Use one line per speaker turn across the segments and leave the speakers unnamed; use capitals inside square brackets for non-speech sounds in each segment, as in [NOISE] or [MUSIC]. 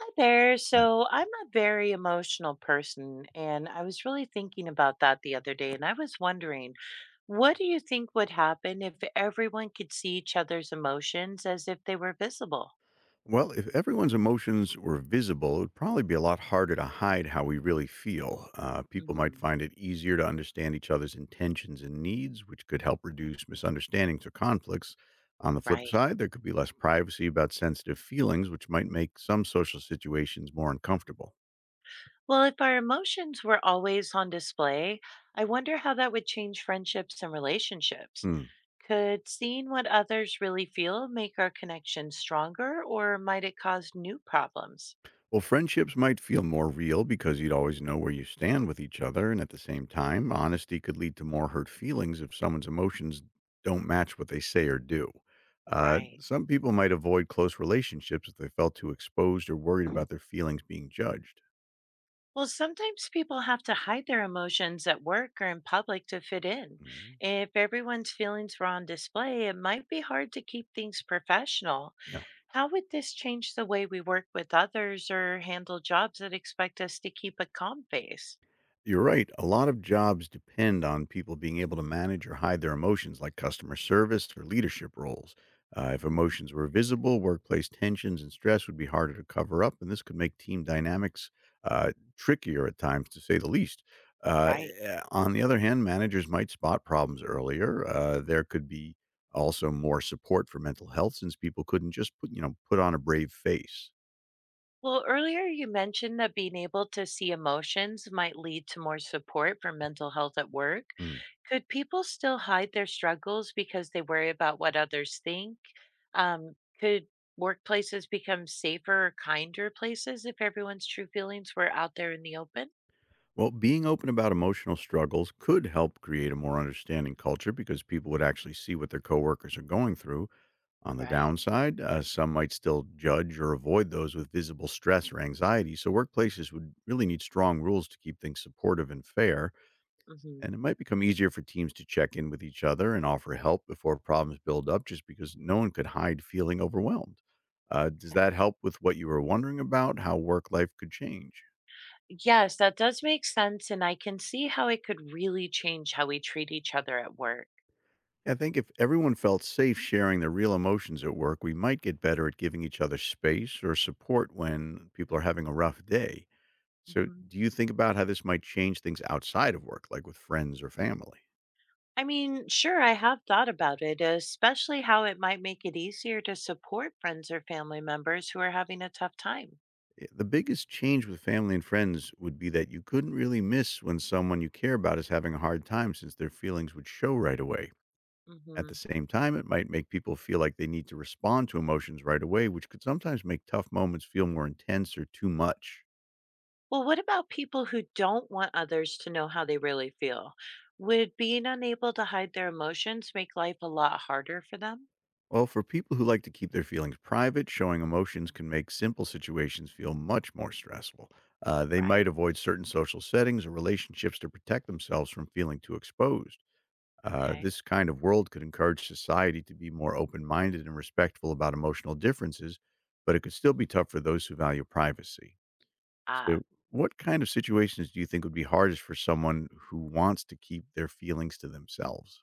Hi there.
Right.
So I'm a very emotional person, and I was really thinking about that the other day. And I was wondering, what do you think would happen if everyone could see each other's emotions as if they were visible?
Well, if everyone's emotions were visible, it would probably be a lot harder to hide how we really feel. People might
Hmm.
find it easier to understand each other's intentions and needs, which could help reduce misunderstandings or conflicts. On the flip
Right.
side, there could be less privacy about sensitive feelings, which might make some social situations more uncomfortable.
Well, if our emotions were always on display, I wonder how that would change friendships and relationships.
Hmm.
Could seeing what others really feel make our connection stronger, or might it cause new problems?
Well, friendships might feel more real because you'd always know where you stand with each other. And at the same time, honesty could lead to more hurt feelings if someone's emotions don't match what they say or do.
Right.
Some people might avoid close relationships if they felt too exposed or worried about their feelings being judged.
Well, sometimes people have to hide their emotions at work or in public to fit in.
Mhm.
If everyone's feelings were on display, it might be hard to keep things professional.
Yeah.
How would this change the way we work with others or handle jobs that expect us to keep a calm face?
You're right. A lot of jobs depend on people being able to manage or hide their emotions, like customer service or leadership roles. If
Mhm.
emotions were visible, workplace tensions and stress would be harder to cover up, and this could make team dynamics uh, trickier at times, to say the least. Uh,
Right.
on the other hand, managers might spot problems earlier. There could be also more support for mental health since people couldn't just put on a brave face.
Well, earlier you mentioned that being able to see emotions might lead to more support for mental health at work.
Mm.
Could people still hide their struggles because they worry about what others think? Um, could workplaces become safer or kinder places if everyone's true feelings were out there in the open?
Well, being open about emotional struggles could help create a more understanding culture because people would actually see what their coworkers are going through. On the
Right.
downside, some might still judge or avoid those with visible stress or anxiety. So, workplaces would really need strong rules to keep things supportive and fair.
Hmm.
And it might become easier for teams to check in with each other and offer help before problems build up just because no one could hide feeling overwhelmed. Does that help with what you were wondering about, how work life could change?
Yes, that does make sense. And I can see how it could really change how we treat each other at work.
I think if everyone felt safe sharing their real emotions at work, we might get better at giving each other space or support when people are having a rough day. So,
Mhm.
do you think about how this might change things outside of work, like with friends or family?
I mean, sure, I have thought about it, especially how it might make it easier to support friends or family members who are having a tough time.
The biggest change with family and friends would be that you couldn't really miss when someone you care about is having a hard time since their feelings would show right away. At the
Hmm.
same time, it might make people feel like they need to respond to emotions right away, which could sometimes make tough moments feel more intense or too much.
Well, what about people who don't want others to know how they really feel? Would being unable to hide their emotions make life a lot harder for them?
Well, for people who like to keep their feelings private, showing emotions can make simple situations feel much more stressful. They might
Right.
avoid certain social settings or relationships to protect themselves from feeling too exposed.
Okay.
This kind of world could encourage society to be more open minded and respectful about emotional differences, but it could still be tough for those who value privacy.
Ah.
So, what kind of situations do you think would be hardest for someone who wants to keep their feelings to themselves?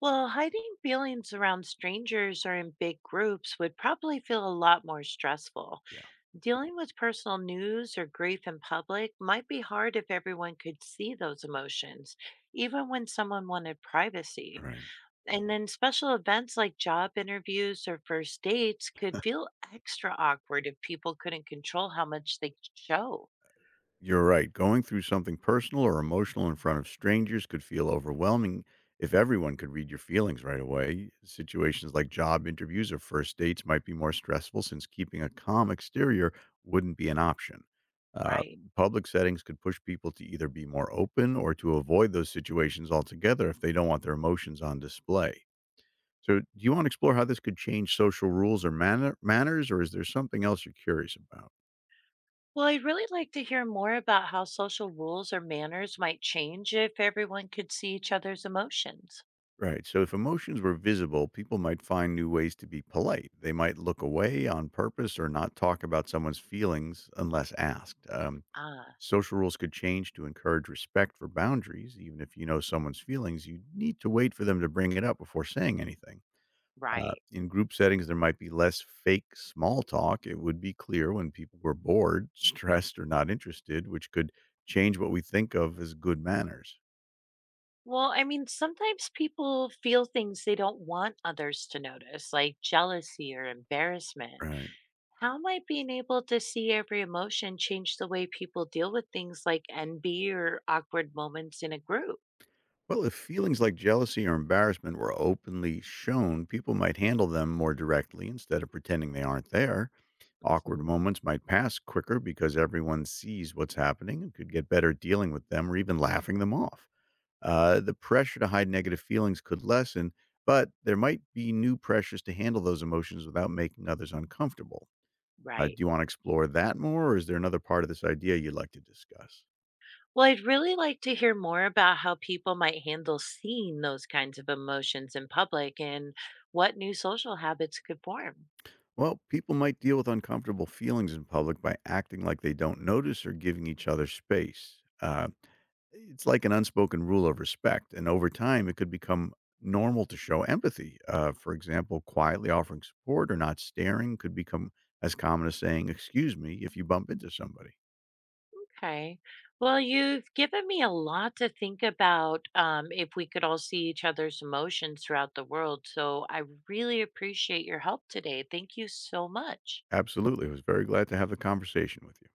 Well, hiding feelings around strangers or in big groups would probably feel a lot more stressful.
Yeah.
Dealing with personal news or grief in public might be hard if everyone could see those emotions, even when someone wanted privacy.
Right.
And then special events like job interviews or first dates could feel extra awkward if people couldn't control how much they show,
You're right. Going through something personal or emotional in front of strangers could feel overwhelming if everyone could read your feelings right away. Situations like job interviews or first dates might be more stressful since keeping a calm exterior wouldn't be an option. Uh,
right?
Public settings could push people to either be more open or to avoid those situations altogether if they don't want their emotions on display. So, do you want to explore how this could change social rules or manners, or is there something else you're curious about?
Well, I'd really like to hear more about how social rules or manners might change if everyone could see each other's emotions.
Right. So if emotions were visible, people might find new ways to be polite. They might look away on purpose or not talk about someone's feelings unless asked.
Ah,
Social rules could change to encourage respect for boundaries. Even if you know someone's feelings, you need to wait for them to bring it up before saying anything.
right.
In group settings, there might be less fake small talk. It would be clear when people were bored, [LAUGHS] stressed, or not interested, which could change what we think of as good manners.
Well, I mean, sometimes people feel things they don't want others to notice, like jealousy or embarrassment.
Right.
How might being able to see every emotion change the way people deal with things like envy or awkward moments in a group?
Well, if feelings like jealousy or embarrassment were openly shown, people might handle them more directly instead of pretending they aren't there. Awkward
Hmm.
moments might pass quicker because everyone sees what's happening and could get better at dealing with them or even laughing them off. The pressure to hide negative feelings could lessen, but there might be new pressures to handle those emotions without making others uncomfortable. Do
Right.
you want to explore that more, or is there another part of this idea you'd like to discuss?
Well, I'd really like to hear more about how people might handle seeing those kinds of emotions in public and what new social habits could form.
Well, people might deal with uncomfortable feelings in public by acting like they don't notice or giving each other space. It's like an unspoken rule of respect. And over time, it could become normal to show empathy. For example, quietly offering support or not staring could become as common as saying, "Excuse me," if you bump into somebody.
Okay. Well, you've given me a lot to think about if we could all see each other's emotions throughout the world. So I really appreciate your help today. Thank you so much.
Absolutely. I was very glad to have the conversation with you.